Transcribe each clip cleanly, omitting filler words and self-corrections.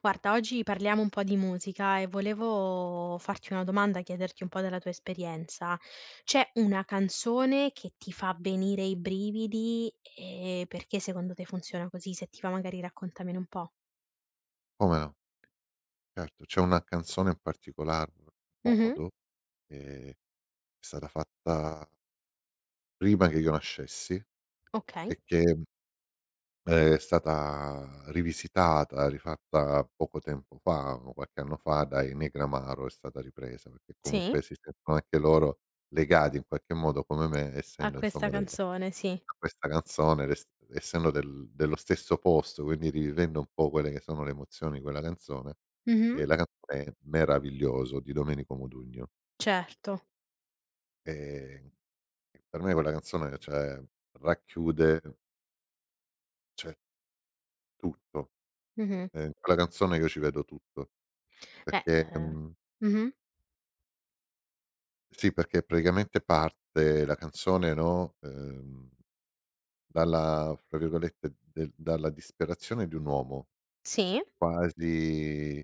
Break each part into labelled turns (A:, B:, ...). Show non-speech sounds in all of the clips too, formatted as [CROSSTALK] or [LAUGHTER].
A: Guarda, oggi parliamo un po' di musica e volevo farti una domanda, chiederti un po' della tua esperienza. C'è una canzone che ti fa venire i brividi e perché secondo te funziona così? Se ti va magari raccontamene un po'.
B: Come no, certo. C'è una canzone in particolar
A: Mh-mh.
B: modo, che è stata fatta prima che io nascessi e
A: Okay,
B: che, è stata rivisitata, rifatta poco tempo fa, o qualche anno fa, dai Negramaro è stata ripresa, perché
A: sì,
B: comunque si sentono anche loro legati in qualche modo come me,
A: a
B: essendo insomma
A: questa
B: del
A: canzone, sì.
B: a questa canzone res essendo dello stesso posto, quindi rivivendo un po' quelle che sono le emozioni di quella canzone,
A: Mh-mh.
B: la canzone è "Meraviglioso" di Domenico Modugno.
A: Certo.
B: Ehm, per me quella canzone, cioè, racchiude, cioè, tutto.
A: Mh-mh.
B: In quella canzone io ci vedo tutto,
A: Beh,
B: perché
A: ehm mh-mh.
B: sì, perché praticamente parte la canzone, no, dalla fra virgolette, del dalla disperazione di un uomo,
A: Sì,
B: quasi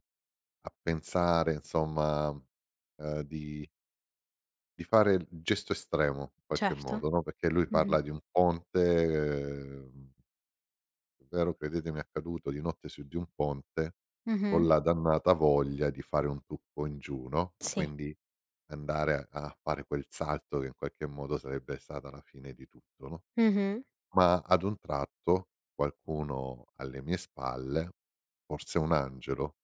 B: a pensare insomma, ehm, di di fare il gesto estremo in qualche
A: certo.
B: modo, no, perché lui
A: Mh-mh.
B: parla di un ponte, vero credetemi è accaduto di notte su di un ponte, con
A: Mh-mh.
B: la dannata voglia di fare un tuffo in giù, no,
A: Sì.
B: quindi andare a fare quel salto che in qualche modo sarebbe stata la fine di tutto, no,
A: Mh-mh.
B: ma ad un tratto qualcuno alle mie spalle, forse un angelo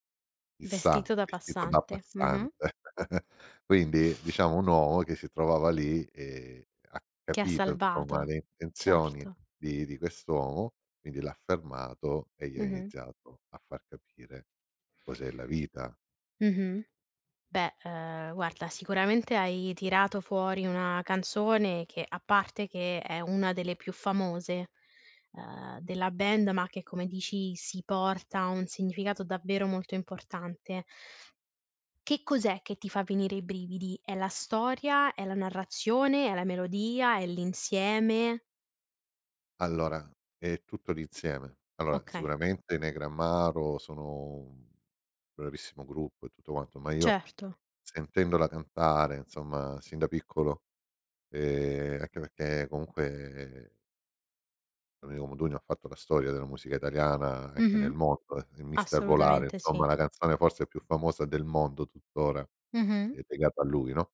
B: chissà,
A: Vestito da
B: vestito da
A: passante. Mh-mh.
B: passante. [LAUGHS] Quindi diciamo un uomo che si trovava lì e ha
A: Che ha
B: capito insomma
A: salvato,
B: le intenzioni
A: certo.
B: di quest'uomo, quindi l'ha fermato e gli ha
A: Mh-mh.
B: iniziato a far capire cos'è la vita.
A: Mh-mh. Beh, guarda sicuramente hai tirato fuori una canzone che a parte che è una delle più famose, della band, ma che come dici si porta un significato davvero molto importante. Che cos'è che ti fa venire i brividi? È la storia? È la narrazione? È la melodia? È l'insieme?
B: Allora è tutto l'insieme. Allora
A: Okay,
B: sicuramente i Negramaro sono un bravissimo gruppo e tutto quanto, ma io
A: certo.
B: sentendola cantare, insomma, sin da piccolo, anche perché comunque Domenico Modugno ha fatto la storia della musica italiana anche nel
A: Mh-mh.
B: mondo, è il mister Volare,
A: Assolutamente
B: insomma
A: sì.
B: la canzone forse più famosa del mondo tuttora
A: Mh-mh.
B: è legata a lui, no,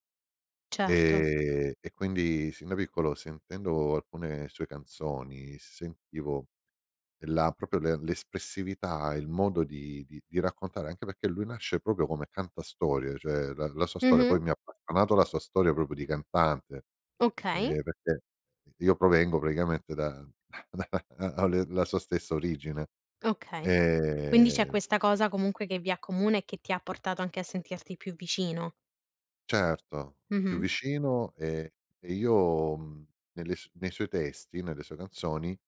A: Certo.
B: e quindi sin da piccolo sentendo alcune sue canzoni, sentivo la proprio le l'espressività, il modo di raccontare, anche perché lui nasce proprio come cantastorie, cioè la sua storia poi
A: Mh-mh.
B: mi ha appassionato la sua storia proprio di cantante.
A: Okay,
B: Perché io provengo praticamente da [LAUGHS] da ho le la sua stessa origine.
A: okay. Quindi c'è
B: Ehm,
A: questa cosa comunque che vi accomuna e che ti ha portato anche a sentirti più vicino.
B: certo, più
A: Mh-mh,
B: vicino e io, nelle s nei suoi testi, nelle sue canzoni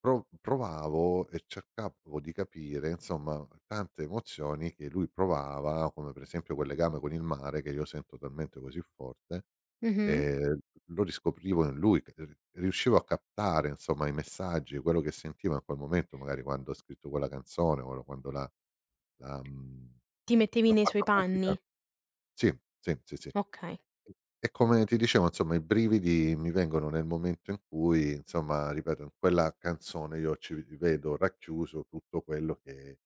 B: Provavo e cercavo di capire, insomma, tante emozioni che lui provava, come per esempio quel legame con il mare che io sento talmente così forte,
A: mh-mh.
B: ehm, lo riscoprivo in lui, c r riuscivo a captare, insomma, i messaggi, quello che sentiva in quel momento, magari quando ha scritto quella canzone, o quando l'ha mhmm,
A: Ti mettevi
B: l'ha
A: nei suoi
B: fatta pubblica.
A: panni.
B: Sì, sì, sì, sì.
A: Okay.
B: E come ti dicevo insomma i brividi mi vengono nel momento in cui insomma, ripeto, in quella canzone io ci vedo racchiuso tutto quello che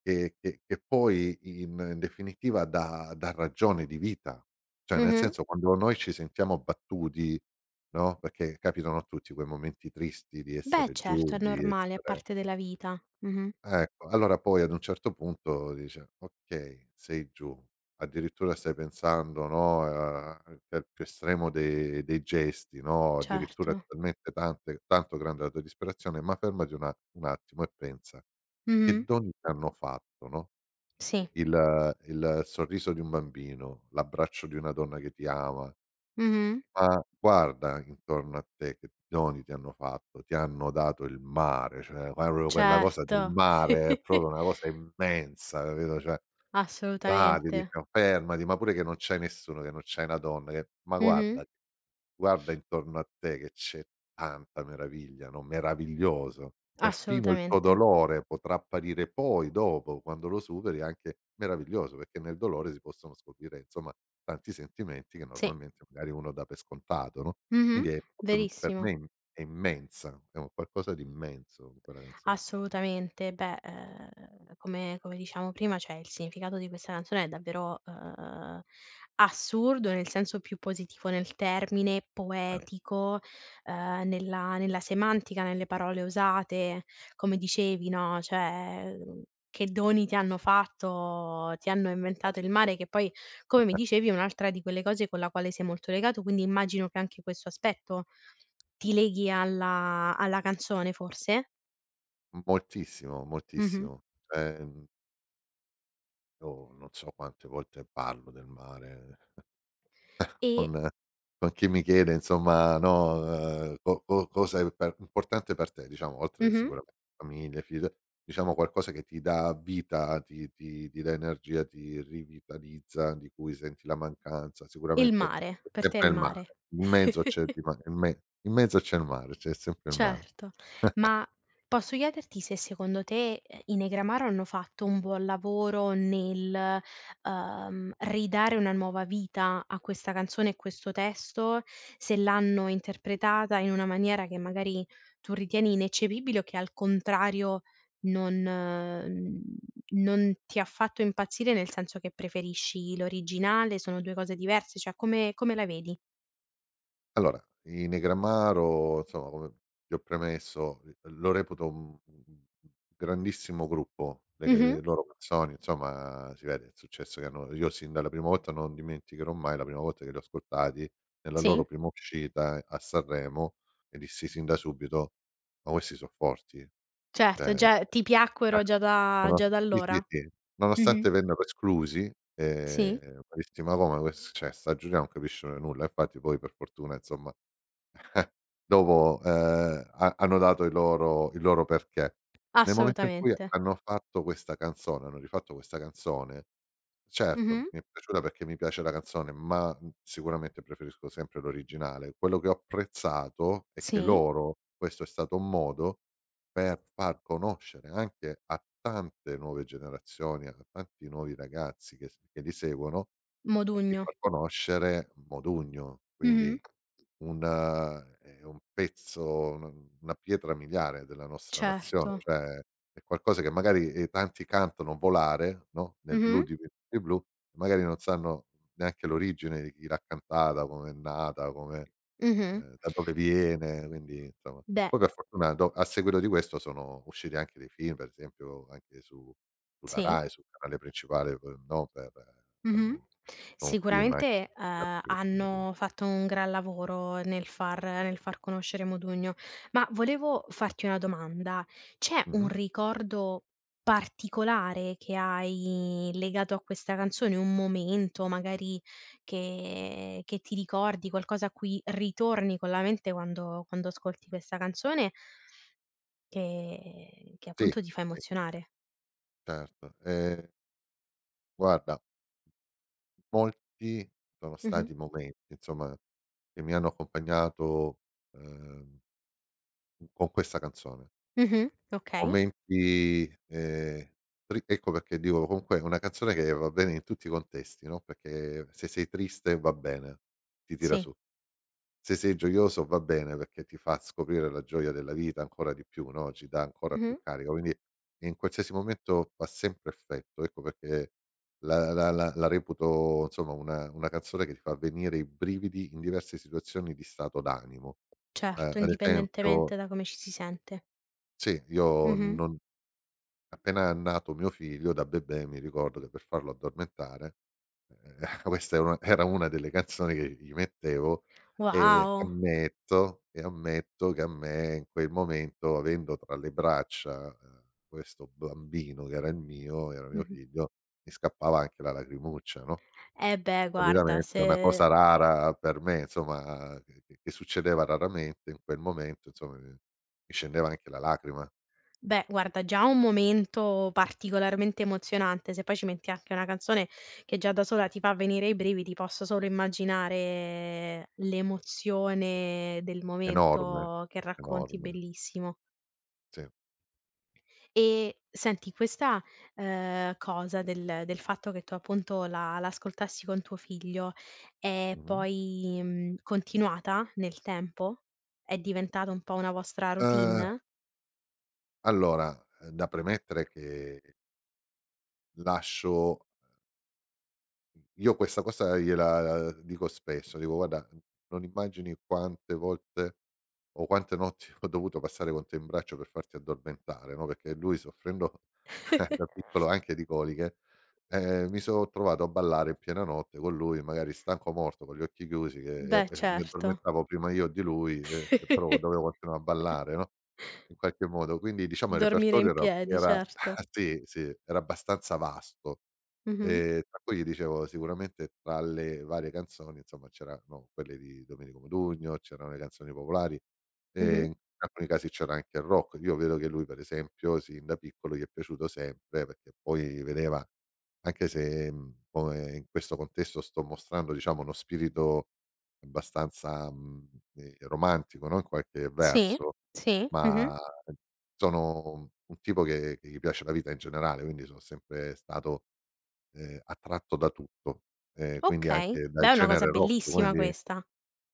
B: che che che poi in definitiva dà ragione di vita. Cioè nel
A: Mh-mh.
B: senso quando noi ci sentiamo battuti, no, perché capitano a tutti quei momenti tristi di
A: Beh,
B: essere
A: certo,
B: giù,
A: è
B: di
A: normale, è
B: essere
A: parte della vita. Mh-mh.
B: ecco, allora poi ad un certo punto dice: "Okay, sei giù, addirittura stai pensando, no, a anche al più estremo de dei gesti, no, addirittura è
A: Certo.
B: talmente tante tanto grande la tua disperazione, ma fermati una un attimo e pensa, che
A: Mh-mh.
B: doni ti hanno fatto, no,
A: Sì.
B: il sorriso di un bambino, l'abbraccio di una donna che ti ama,
A: Mh-mh.
B: ma guarda intorno a te che doni ti hanno fatto, ti hanno dato il mare, cioè [UNINTELLIGIBLE] proprio quella cosa del
A: Certo. [LAUGHS]
B: mare è proprio una cosa immensa, capito, cioè là ti
A: Assolutamente.
B: dicono: "Fermati", ma pure che non c'è nessuno, che non c'è una donna che:
A: Mh-mh.
B: Guarda intorno a te che c'è tanta meraviglia, no, meraviglioso. Perfino il tuo
A: Assolutamente.
B: dolore potrà apparire poi, dopo, quando lo superi, anche meraviglioso, perché nel dolore si possono scoprire, insomma, tanti sentimenti che
A: Sì.
B: normalmente magari uno dà per scontato, no, quindi
A: Mh-mh.
B: è proprio per
A: Verissimo.
B: me è immensa, è un qualcosa di immenso quella canzone.
A: Assolutamente. Beh, come come diciamo prima, cioè il significato di questa canzone è davvero, assurdo nel senso più positivo nel termine,
B: Eh,
A: poetico, nella semantica, nelle parole usate, come dicevi, no, cioè, che doni ti hanno fatto, ti hanno inventato il mare, che poi, come mi dicevi, è un'altra di quelle cose con la quale sei molto legato, quindi immagino che anche questo aspetto ti leghi alla canzone forse?
B: Moltissimo,
A: Mh-mh.
B: moltissimo. Ehm, io non so quante volte parlo del mare.
A: E
B: con con chi mi chiede insomma, no, co co cosa è per importante per te, diciamo, oltre
A: Mh-mh.
B: sicuramente famiglia, figli, diciamo qualcosa che ti dà vita, ti dà energia, ti rivitalizza, di cui senti la mancanza.
A: Il
B: Sicuramente
A: mare,
B: è
A: per te
B: sempre
A: il
B: il mare.
A: mare.
B: In mezzo c'è il
A: [LAUGHS]
B: ma in me in mezzo c'è il mare, c'è sempre il mare.
A: Certo. Ma posso chiederti se secondo te, i Negramaro hanno fatto un buon lavoro nel, ridare una nuova vita a questa canzone e questo testo? Se l'hanno interpretata in una maniera che magari tu ritieni ineccepibile o che al contrario non mhmm, non ti ha fatto impazzire, nel senso che preferisci l'originale, sono 2 cose diverse, cioè come come la vedi?
B: Allora, i Negramaro, insomma, come ti ho premesso, l lo reputo un grandissimo gruppo.
A: Mh-mh.
B: Le loro canzoni, insomma, si vede il successo che hanno. Io sin dalla prima volta non dimenticherò mai la prima volta che li ho ascoltati, nella loro
A: Sì,
B: prima uscita a Sanremo, e dissi sin da subito: "Ma questi so' forti."
A: certo,
B: Cioè
A: già ti
B: eh,
A: piacquero
B: sono
A: già da
B: sì, sì,
A: allora.
B: sì.
A: Mh-mh.
B: Nonostante vennero esclusi,
A: Sì,
B: ma dissi: "Ma come? Ques Cioè 'sta giuria non capisce nulla." Infatti poi per fortuna, insomma. Dopo, ha hanno dato il loro perché. Nel momento in cui
A: assolutamente.
B: hanno fatto questa canzone, hanno rifatto questa canzone,
A: Mh-mh.
B: certo mi è piaciuta perché mi piace la canzone, ma, sicuramente preferisco sempre l'originale. Quello che ho apprezzato è che
A: Sì,
B: loro questo è stato un modo per far conoscere anche a tante nuove generazioni, a tanti nuovi ragazzi che li seguono di
A: Modugno.
B: far conoscere Modugno,
A: Mh-mh.
B: quindi un è un pezzo, un una pietra miliare della nostra nazione,
A: Certo.
B: cioè è qualcosa che magari, tanti cantano "Volare", no, nel blu
A: Mh-mh.
B: di Venerdì Blu, magari non sanno neanche l'origine di chi l'ha cantata, come è nata, come
A: Mh-mh.
B: da dove viene, quindi insomma.
A: Beh,
B: Poi per fortuna do a seguito di questo sono usciti anche dei film, per esempio anche su sulla
A: sì.
B: Rai, sul canale principale, poi no, per
A: Mh-mh.
B: hanno un film anche
A: Sicuramente,
B: [UNINTELLIGIBLE]
A: hanno fatto un gran lavoro nel far conoscere Modugno. Ma volevo farti una domanda: c'è un
B: mh-mh.
A: ricordo particolare che hai legato a questa canzone? Un momento magari che ti ricordi, qualcosa a cui ritorni con la mente quando ascolti questa canzone che
B: Sì,
A: appunto ti fa
B: sì,
A: emozionare?
B: certo. Guarda, molti sono
A: Mh-mh.
B: stati momenti, insomma, che mi hanno accompagnato, ehm, con questa canzone.
A: Mh-mh. Okay.
B: Momenti, tri ecco perché dico comunque è una canzone che va bene in tutti i contesti, no, perché se sei triste va bene, ti tira
A: Sì.
B: su. Se sei gioioso va bene perché ti fa scoprire la gioia della vita ancora di più, no, ci dà ancora più
A: Mh-mh.
B: carica, quindi in qualsiasi momento fa sempre effetto. Ecco perché la reputo insomma una canzone che ti fa venire i brividi in diverse situazioni di stato d'animo.
A: Certo,
B: Ad esempio
A: indipendentemente da come ci si sente.
B: sì, io
A: Mh-mh.
B: non appena è nato mio figlio da bebè mi ricordo che per farlo addormentare. Ehm, [LAUGHS] Questa è una era una delle canzoni che gli mettevo e
A: Wow.
B: ammetto che a me in quel momento, avendo tra le braccia, questo bambino che era il mio era mio
A: Mh-mh.
B: figlio, mi scappava anche la lacrimuccia, no,
A: Eh beh, guarda
B: solitamente è una cosa
A: se
B: rara per me, insomma, che succedeva raramente, in quel momento insomma mi scendeva anche la lacrima,
A: beh, guarda già un momento particolarmente emozionante, se poi ci metti anche una canzone che già da sola ti fa venire i brividi, posso solo immaginare l'emozione del
B: enorme,
A: momento che racconti,
B: enorme,
A: bellissimo.
B: sì.
A: E senti questa, cosa del fatto che tu appunto la l'ascoltassi con tuo figlio è
B: Mh-mh.
A: poi, continuata nel tempo? È diventata un po' una vostra
B: Ehm,
A: routine?
B: allora, da premettere che lascio io questa cosa gliela dico spesso, dico: "Guarda, non immagini quante volte o quante notti [LAUGHS] ho dovuto passare con te in braccio per farti addormentare", no, perché lui soffrendo [LAUGHS] da
A: [LAUGHS]
B: piccolo anche di coliche, mi sono trovato a ballare in piena notte con lui, magari stanco morto, con gli occhi chiusi che e
A: Beh,
B: e mi
A: certo.
B: addormentavo prima io di lui, che però dovevo
A: [LAUGHS]
B: continuare a ballare, no, in qualche modo. Quindi diciamo il
A: Dormire
B: repertorio
A: in
B: era
A: piedi, certo.
B: [LAUGHS] sì, sì, era abbastanza vasto.
A: Mh-mh,
B: Tra cui dicevo sicuramente tra le varie canzoni, insomma, c'erano quelle di Domenico Modugno, c'erano le canzoni popolari e
A: mh-mh.
B: in alcuni casi c'era anche il rock. Io vedo che lui per esempio sin da piccolo gli è piaciuto sempre perché poi vedeva anche se, come in questo contesto sto mostrando diciamo uno spirito abbastanza, romantico, no, in qualche
A: Sì,
B: verso,
A: sì, mh-mh.
B: ma sono un tipo che gli piace la vita in generale, quindi sono sempre stato attratto da tutto, quindi
A: Okay.
B: anche dal
A: Beh, è una
B: genere
A: cosa
B: rock,
A: bellissima
B: quindi
A: questa.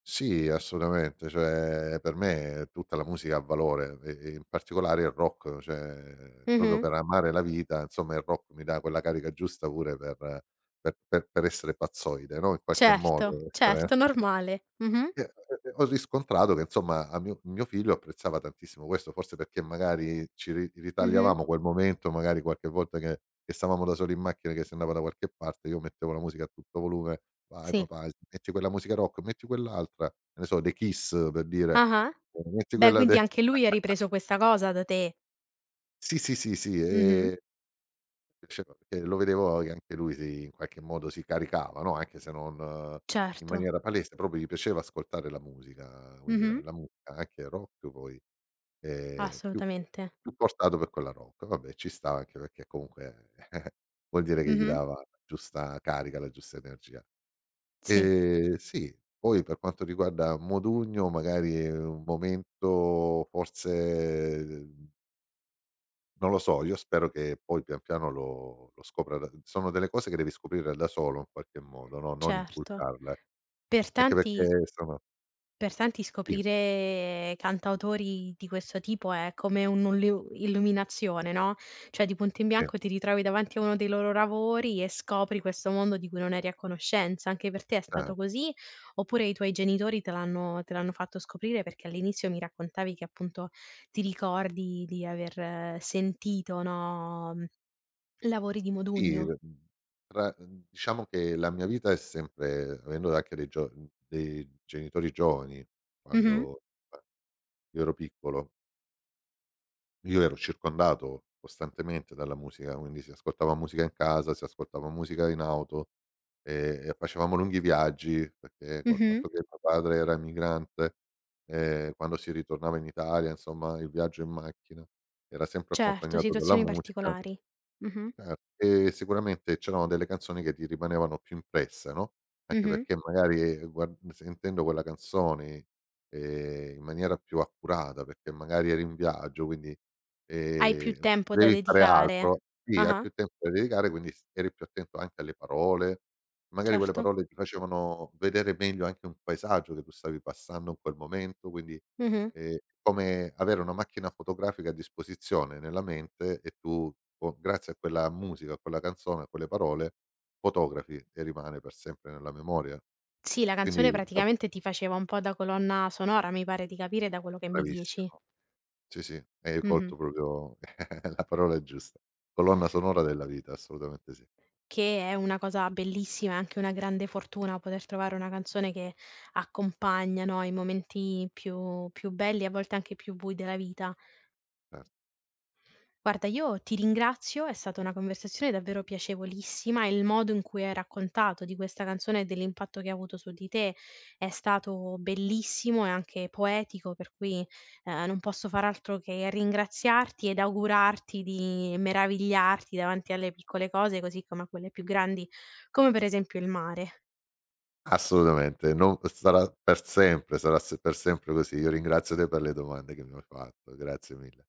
B: sì, assolutamente, cioè per me tutta la musica ha valore e in particolare il rock, cioè proprio
A: Mh-mh.
B: per amare la vita, insomma il rock mi dà quella carica giusta pure per essere pazzoide, no, in qualche
A: Certo,
B: modo,
A: certo,
B: essere
A: normale. Mh-mh,
B: e ho riscontrato che insomma a mio figlio apprezzava tantissimo questo, forse perché magari ci ri
A: mh-mh.
B: ritagliavamo quel momento, magari qualche volta che stavamo da soli in macchina che si andava da qualche parte, io mettevo la musica a tutto volume: "Vai
A: Sì.
B: papà, metti quella musica rock, metti quell'altra", che ne so, dei Kiss per dire,
A: Ah-ah.
B: metti
A: Beh,
B: quella
A: quindi
B: de
A: anche
B: [LAUGHS]
A: lui ha ripreso questa cosa da te.
B: sì, sì, sì, sì,
A: Mh-mh.
B: Piaceva perché lo vedevo che anche lui in qualche modo si caricava, no, anche se non in
A: Certo.
B: maniera palese, proprio gli piaceva ascoltare la musica, quindi
A: Mh-mh.
B: la musica anche rock poi, ehm, più
A: Assolutamente.
B: più portato per quella rock. Vabbè ci sta anche perché comunque [LAUGHS] vuol dire che gli
A: Mh-mh.
B: dava la giusta carica, la giusta energia.
A: Sì,
B: Sì, poi per quanto riguarda Modugno magari è un momento forse non lo so, io spero che poi pian piano lo scopra da sono delle cose che devi scoprire da solo in qualche modo, no, non
A: certo.
B: inculcarle,
A: Per
B: anche
A: tanti
B: perché sono
A: Per tanti
B: sì,
A: scoprire cantautori di questo tipo è come un'ullu illuminazione, no, cioè di punto in
B: sì,
A: bianco ti ritrovi davanti a uno dei loro lavori e scopri questo mondo di cui non eri a conoscenza. Anche per te è
B: eh,
A: stato così, oppure i tuoi genitori te l'hanno fatto scoprire? Perché all'inizio mi raccontavi che appunto ti ricordi di aver sentito, no, lavori di
B: sì,
A: Modugno.
B: tra diciamo che la mia vita è sempre avendo anche dei gio dei genitori giovani,
A: Mh-mh,
B: quando, beh, io ero piccolo. Io ero circondato costantemente dalla musica, quindi si ascoltava musica in casa, si ascoltava musica in auto, e facevamo lunghi viaggi perché col
A: mh-mh.
B: fatto che mio padre era migrante, quando si ritornava in Italia, insomma, il viaggio in macchina era sempre
A: Certo,
B: accompagnato dalla
A: situazioni
B: musica.
A: particolari. Mh-mh,
B: Cer E sicuramente c'erano delle canzoni che ti rimanevano più impresse, no, anche
A: mh-mh.
B: perché magari, guard sentendo quella canzone, in maniera più accurata, perché magari eri in viaggio, quindi,
A: Hai più tempo da
B: potevi fare altro
A: dedicare.
B: sì, hai
A: Ah-ah,
B: più tempo da dedicare, quindi s eri più attento anche alle parole, magari quelle
A: certo.
B: parole ti facevano vedere meglio anche un paesaggio che tu stavi passando in quel momento, quindi.
A: Mh-mh.
B: Come avere una macchina fotografica a disposizione nella mente e tu o grazie a quella musica, a quella canzone, a quelle parole fotografi e rimane per sempre nella memoria. E
A: Sì, la
B: quindi
A: canzone
B: è
A: praticamente ti faceva un po' da colonna sonora, mi pare di capire da quello che mi dici.
B: bravissimo. Sì, sì, hai
A: Mh-mh.
B: colto proprio [LAUGHS] la parola giusta. Colonna sonora della vita, assolutamente sì,
A: Che è una cosa bellissima, è anche una grande fortuna poter trovare una canzone che accompagna, no, i momenti più belli e a volte anche più bui della vita.
B: cer
A: Guarda, io ti ringrazio, è stata una conversazione davvero piacevolissima e il modo in cui hai raccontato di questa canzone e dell'impatto che ha avuto su di te è stato bellissimo e anche poetico, per cui non posso far altro che ringraziarti ed augurarti di meravigliarti davanti alle piccole cose, così come a quelle più grandi, come per esempio il mare.
B: assolutamente, non sarà per sempre, sarà se per sempre così. Io ringrazio te per le domande che mi hai fatto, grazie mille.